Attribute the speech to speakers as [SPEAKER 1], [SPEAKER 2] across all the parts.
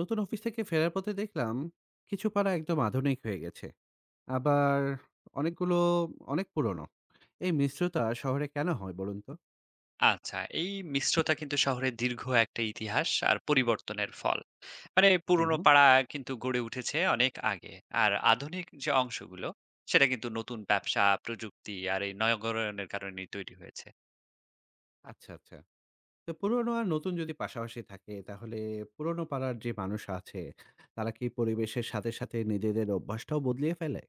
[SPEAKER 1] নতুন অফিস থেকে ফেরার পথে দেখলাম কিছু পাড়া একদম আধুনিক হয়ে গেছে। আবার অনেকগুলো অনেক পুরনো। এই মিশ্রতা শহরে কেন হয় বলুন তো?
[SPEAKER 2] আচ্ছা, এই মিশ্রতা কিন্তু শহরের দীর্ঘ একটা ইতিহাস আর পরিবর্তনের ফল। মানে
[SPEAKER 1] হুম
[SPEAKER 2] পুরনো
[SPEAKER 1] হুম।
[SPEAKER 2] পাড়া কিন্তু গড়ে উঠেছে অনেক আগে। আর আধুনিক যে অংশগুলো, সেটা কিন্তু নতুন ব্যবসা, প্রযুক্তি আর এই নগরায়নের কারণেই তৈরি হয়েছে।
[SPEAKER 1] আচ্ছা আচ্ছা, তো পুরনো আর নতুন যদি পাশাপাশি থাকে তাহলে পুরনো পাড়ার যে মানুষ আছে, তারা কি পরিবেশের সাথে সাথে নিজেদের অভ্যাসটাও বদলিয়ে ফেলে?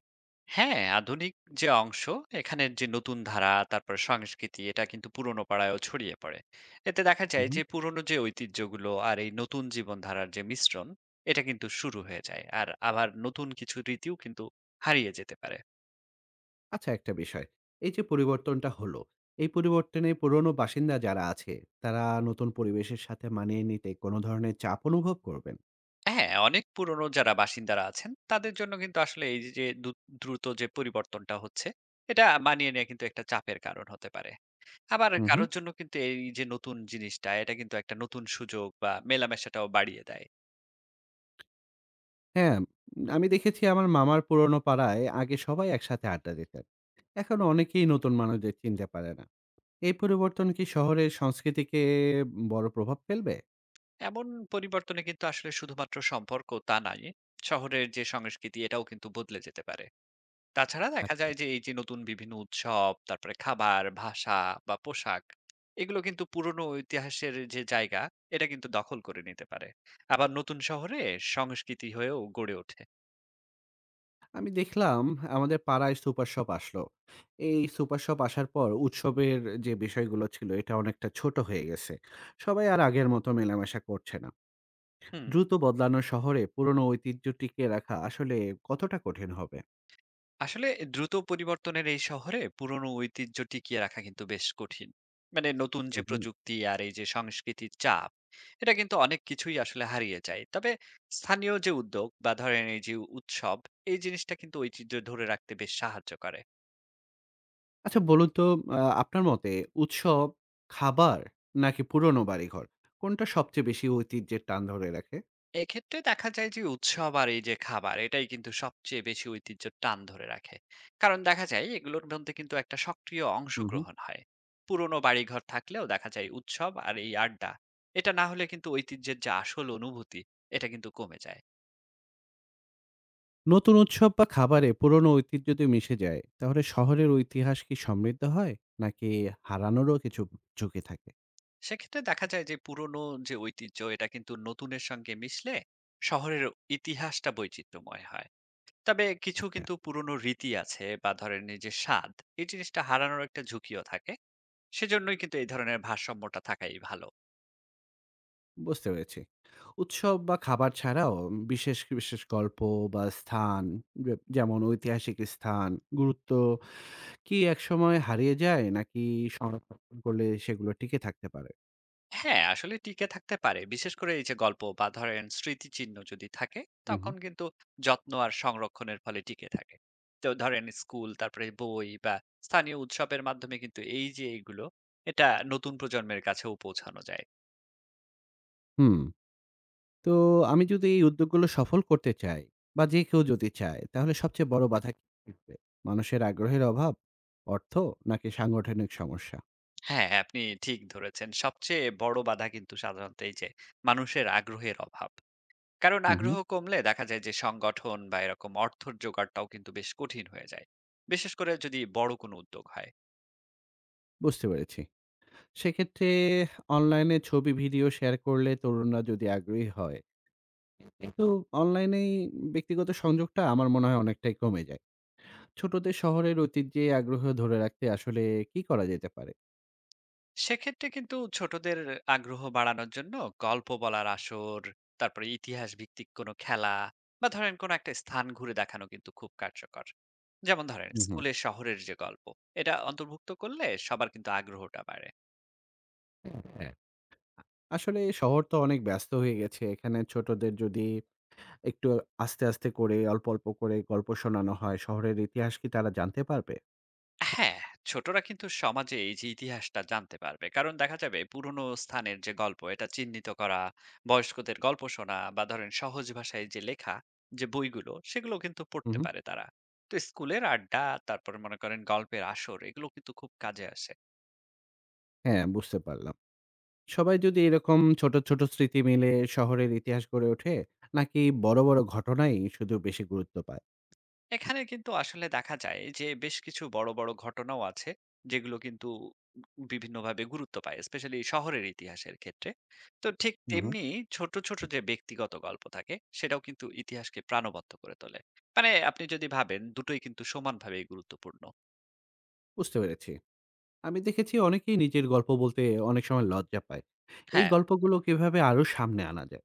[SPEAKER 2] হ্যাঁ, আধুনিক যে অংশ, এখানের যে নতুন ধারা, তারপর সংস্কৃতি, এটা কিন্তু পুরনো পাড়ায়ও ছড়িয়ে পড়ে। এতে দেখা
[SPEAKER 1] হুম
[SPEAKER 2] যায়
[SPEAKER 1] হুম।
[SPEAKER 2] যে পুরনো যে ঐতিহ্যগুলো আর এই নতুন জীবনধারার যে মিশ্রণ, এটা কিন্তু শুরু হয়ে যায়। আর আবার নতুন কিছু রীতিও কিন্তু হারিয়ে যেতে পারে।
[SPEAKER 1] আচ্ছা, একটা বিষয়, এই যে পরিবর্তনটা হলো, এই পরিবর্তনে পুরনো বাসিন্দা যারা আছে, তারা নতুন পরিবেশের সাথে মানিয়ে নিতে কোনো ধরনের চাপ অনুভব করবেন?
[SPEAKER 2] হ্যাঁ, অনেক পুরনো যারা বাসিন্দারা আছেন, তাদের জন্য কিন্তু আসলে এই যে দ্রুত যে পরিবর্তনটা হচ্ছে, এটা মানিয়ে নেয়া কিন্তু একটা চাপের কারণ হতে পারে। আবার
[SPEAKER 1] হুম হুম।
[SPEAKER 2] কারোর জন্য কিন্তু এই যে নতুন জিনিসটা, এটা কিন্তু একটা নতুন সুযোগ বা মেলামেশাটাও বাড়িয়ে দেয়।
[SPEAKER 1] হ্যাঁ, আমি দেখেছি আমার মামার পুরনো পাড়ায় আগে সবাই একসাথে আড্ডা দিতেন। এখন অনেকেই নতুন মানুষদের চিনতে পারে না। এই পরিবর্তন কি শহরের সংস্কৃতিকে বড় প্রভাব ফেলবে?
[SPEAKER 2] এমন পরিবর্তনে কিন্তু আসলে শুধুমাত্র সম্পর্ক তা নয়, শহরের যে সংস্কৃতি এটাও কিন্তু বদলে যেতে পারে। তাছাড়া দেখা
[SPEAKER 1] আচ্ছা,
[SPEAKER 2] যায় যে এই যে নতুন বিভিন্ন উৎসব, তারপরে খাবার, ভাষা বা পোশাক এগুলো কিন্তু পুরনো ইতিহাসের যে জায়গা এটা কিন্তু দখল করে নিতে পারে। আবার নতুন শহরে সংস্কৃতি হয়েও গড়ে ওঠে।
[SPEAKER 1] আমি দেখলাম আমাদের পাড়ায় সুপার শপ আসলো। এই সুপার শপ আসার পর উৎসবের যে বিষয়গুলো ছিল এটা অনেকটা ছোট হয়ে গেছে। সবাই আর আগের মতো মেলামেশা করছে না।
[SPEAKER 2] হুম,
[SPEAKER 1] দ্রুত বদলানো শহরে পুরনো ঐতিহ্য টিকিয়ে রাখা আসলে কতটা কঠিন হবে?
[SPEAKER 2] আসলে দ্রুত পরিবর্তনের এই শহরে পুরনো ঐতিহ্য টিকিয়ে রাখা কিন্তু বেশ কঠিন। মানে নতুন যে
[SPEAKER 1] হুম হুম।
[SPEAKER 2] প্রযুক্তি আর এই যে সংস্কৃতির চাপ এটা কিন্তু অনেক কিছুই আসলে হারিয়ে যায়। তবে স্থানীয় যে উদ্যোগ বা ধরেন এই যে উৎসব এই জিনিসটা কিন্তু ঐতিহ্য ধরে রাখতে বেশ সাহায্য করে।
[SPEAKER 1] আচ্ছা বলুন তো, আপনার মতে উৎসব, খাবার নাকি পুরনো বাড়িঘর? কোনটা সবচেয়ে বেশি ঐতিহ্যের টান ধরে রাখে?
[SPEAKER 2] এক্ষেত্রে দেখা যায় যে উৎসব আর এই যে খাবার এটাই কিন্তু সবচেয়ে বেশি ঐতিহ্যের টান ধরে রাখে, কারণ দেখা যায় এগুলোর মধ্যে কিন্তু একটা সক্রিয়
[SPEAKER 1] হু, হু।
[SPEAKER 2] অংশগ্রহণ হয়। পুরনো বাড়িঘর থাকলেও দেখা যায় উৎসব আর এই আড্ডা এটা না হলে কিন্তু ঐতিহ্যের যে আসল অনুভূতি এটা কিন্তু কমে যায়।
[SPEAKER 1] নতুন উৎসব বা খাবারে পুরনো ঐতিহ্য যদি মিশে যায়, তাহলে শহরের ইতিহাস কি সমৃদ্ধ হয়? নাকি হারানোরও কিছু ঝুঁকি থাকে?
[SPEAKER 2] সেক্ষেত্রে দেখা যায় যে পুরনো যে ঐতিহ্য এটা কিন্তু নতুনের সঙ্গে মিশলে শহরের ইতিহাসটা বৈচিত্র্যময় হয়। তবে কিছু
[SPEAKER 1] আচ্ছা,
[SPEAKER 2] কিন্তু পুরনো রীতি আছে বা ধরেন এই যে স্বাদ, এই জিনিসটা হারানোর একটা ঝুঁকিও থাকে। সেজন্যই কিন্তু এই ধরনের ভারসাম্যটা থাকাই ভালো।
[SPEAKER 1] বুঝতে পেরেছি। উৎসব বা খাবার ছাড়াও বিশেষ, বিশেষ গল্প বা স্থান, যে যেমন ঐতিহাসিক স্থান, গুরুত্ব কি একসময় হারিয়ে যায়? নাকি সংরক্ষণ করলে সেগুলো টিকে থাকতে পারে?
[SPEAKER 2] হ্যাঁ আসলে টিকে থাকতে পারে, বিশেষ করে এই যে গল্প বা ধরেন স্মৃতিচিহ্ন যদি থাকে
[SPEAKER 1] হু, হু।
[SPEAKER 2] তখন কিন্তু যত্ন আর সংরক্ষণের ফলে টিকে থাকে। তো ধরেন স্কুল তারপরে বই বা স্থানীয় উৎসবের মাধ্যমে কিন্তু এই যে এইগুলো এটা নতুন প্রজন্মের কাছেও পৌঁছানো যায়।
[SPEAKER 1] হুম। তো আমি যদি এই উদ্যোগগুলো সফল করতে চাই বা যে কেউ যদি চায়, তাহলে সবচেয়ে বড় বাধা কি থাকবে? মানুষের আগ্রহের অভাব, অর্থ নাকি সাংগঠনিক সমস্যা?
[SPEAKER 2] হ্যাঁ আপনি ঠিক ধরেছেন, সবচেয়ে বড় বাধা কিন্তু সাধারণত এই যে মানুষের আগ্রহের অভাব, কারণ
[SPEAKER 1] হুম, হুম।
[SPEAKER 2] আগ্রহ কমলে দেখা যায় যে সংগঠন বা এরকম অর্থর জোগাড়টাও কিন্তু বেশ কঠিন হয়ে যায়, বিশেষ করে যদি বড় কোনো উদ্যোগ হয়।
[SPEAKER 1] বুঝতে পেরেছি। সেক্ষেত্রে অনলাইনে ছবি, ভিডিও শেয়ার করলে তরুণরা যদি আগ্রহী হয়, কিন্তু অনলাইনেই ব্যক্তিগত সংযোগটা আমার মনে হয় অনেকটাই কমে যায়। ছোটদের শহরের ঐতিহ্যে আগ্রহ ধরে রাখতে আসলে কি করা যেতে পারে?
[SPEAKER 2] সেক্ষেত্রে কিন্তু ছোটদের আগ্রহ বাড়ানোর জন্য গল্প বলার আসর, তারপরে ইতিহাস ভিত্তিক কোনো খেলা বা ধরেন কোনো একটা স্থান ঘুরে দেখানো কিন্তু খুব কার্যকর। যেমন ধরেন
[SPEAKER 1] হুম, হুম।
[SPEAKER 2] স্কুলের শহরের যে গল্প এটা অন্তর্ভুক্ত করলে সবার কিন্তু আগ্রহটা বাড়ে।
[SPEAKER 1] হ্যাঁ, আসলে শহর তো অনেক ব্যস্ত হয়ে গেছে। এখানে ছোটদের যদি একটু আস্তে, আস্তে করে অল্প, অল্প করে গল্প শোনানো হয়, শহরের ইতিহাস কি তারা জানতে পারবে?
[SPEAKER 2] হ্যাঁ, ছোটরা কিন্তু সমাজে এই যে ইতিহাসটা জানতে পারবে। কারণ দেখা যাবে পুরনো স্থানের যে গল্প এটা চিহ্নিত করা, বয়স্কদের গল্প শোনা বা ধরেন সহজ ভাষায় যে লেখা যে বইগুলো সেগুলো কিন্তু
[SPEAKER 1] হু,
[SPEAKER 2] পড়তে
[SPEAKER 1] হু।
[SPEAKER 2] পারে তারা। তো স্কুলের আড্ডা, তারপরে মনে করেন গল্পের আসর, এগুলো কিন্তু খুব কাজে আসে।
[SPEAKER 1] হ্যাঁ, বুঝতে পারলাম। সবাই যদি এরকম ছোট, ছোট স্মৃতি মিলে শহরের ইতিহাস গড়ে ওঠে, নাকি বড়, বড় ঘটনাই শুধু বেশি গুরুত্ব পায়?
[SPEAKER 2] এখানে কিন্তু আসলে দেখা যায় যে বেশ কিছু বড় বড় ঘটনাও আছে যেগুলো কিন্তু বিভিন্নভাবে গুরুত্ব পায়, স্পেশালি শহরের ইতিহাসের ক্ষেত্রে। তো ঠিক
[SPEAKER 1] হু, হু।
[SPEAKER 2] তেমনি ছোট ছোট যে ব্যক্তিগত গল্প থাকে সেটাও কিন্তু ইতিহাসকে প্রাণবন্ত করে তোলে। মানে আপনি যদি ভাবেন দুটোই কিন্তু সমানভাবে গুরুত্বপূর্ণ।
[SPEAKER 1] বুঝতে পেরেছি। আমি দেখেছি অনেকেই নিজের গল্প বলতে অনেক সময় লজ্জা পায়। এই
[SPEAKER 2] হ্যাঁ,
[SPEAKER 1] গল্পগুলো কিভাবে আরো সামনে আনা যায়?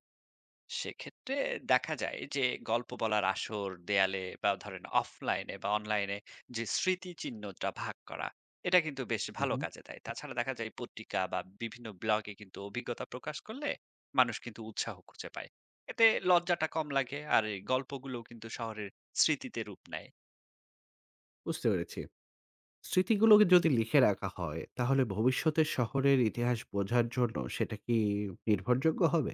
[SPEAKER 2] সেক্ষেত্রে দেখা যায় যে গল্প বলার আসর দেয়ালে বা ধরেন অফলাইনে বা অনলাইনে যে স্মৃতি চিহ্নটা ভাগ করা এটা কিন্তু বেশ
[SPEAKER 1] হু,
[SPEAKER 2] ভালো
[SPEAKER 1] হু।
[SPEAKER 2] কাজে দেয়। তাছাড়া দেখা যায় পত্রিকা বা বিভিন্ন ব্লগে কিন্তু অভিজ্ঞতা প্রকাশ করলে মানুষ কিন্তু উৎসাহ খুঁজে পায়। এতে লজ্জাটা কম লাগে আর এই গল্পগুলো কিন্তু শহরের স্মৃতিতে রূপ নেয়।
[SPEAKER 1] বুঝতে পেরেছি। স্মৃতিগুলোকে যদি লিখে রাখা হয়, তাহলে ভবিষ্যতে শহরের ইতিহাস বোঝার জন্য সেটা কি নির্ভরযোগ্য হবে?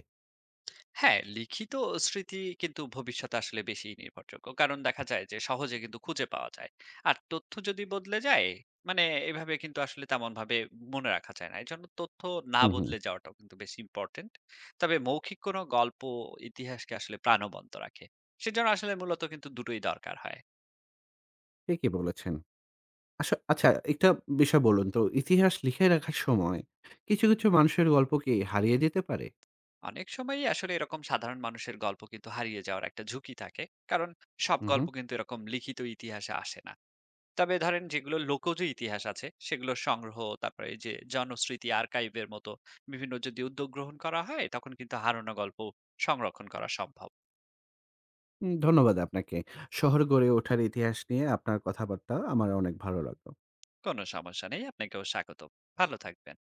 [SPEAKER 2] হ্যাঁ, লিখিত স্মৃতি কিন্তু ভবিষ্যতে আসলে বেশি নির্ভরযোগ্য। কারণ দেখা যায় যে সহজে কিন্তু খুঁজে পাওয়া যায়। আর তথ্য যদি বদলে যায়, মানে এভাবে কিন্তু আসলে তেমনভাবে মনে রাখা যায় না। এজন্য তথ্য না
[SPEAKER 1] হু, হু।
[SPEAKER 2] বদলে যাওয়াটাও কিন্তু বেশি ইম্পোর্টেন্ট। তবে মৌখিক কোনো গল্প ইতিহাসকে আসলে প্রাণবন্ত রাখে। সেজন্য আসলে মূলত কিন্তু দুটোই দরকার হয়।
[SPEAKER 1] ঠিকই বলেছেন। আচ্ছা আচ্ছা, একটা বিষয় বলুন তো, ইতিহাস লিখে রাখার সময় কিছু, কিছু মানুষের গল্প কি হারিয়ে যেতে পারে?
[SPEAKER 2] অনেক সময়ই আসলে এরকম সাধারণ মানুষের গল্প কিন্তু হারিয়ে যাওয়ার একটা ঝুঁকি থাকে। কারণ সব
[SPEAKER 1] হু, হু।
[SPEAKER 2] গল্প কিন্তু এরকম লিখিত ইতিহাসে আসে না। তবে ধরেন যেগুলো লোকজ ইতিহাস আছে সেগুলোর সংগ্রহ, তারপরে এই যে জনশ্রুতি আর্কাইভের মতো বিভিন্ন যদি উদ্যোগ গ্রহণ করা হয় তখন কিন্তু হারানো গল্প সংরক্ষণ করা সম্ভব।
[SPEAKER 1] ধন্যবাদ আপনাকে। শহর গড়ে ওঠার ইতিহাস নিয়ে আপনার কথাবার্তা আমার অনেক ভালো লাগলো।
[SPEAKER 2] কোনো সমস্যা নেই, আপনাকেও স্বাগত। ভালো থাকবেন।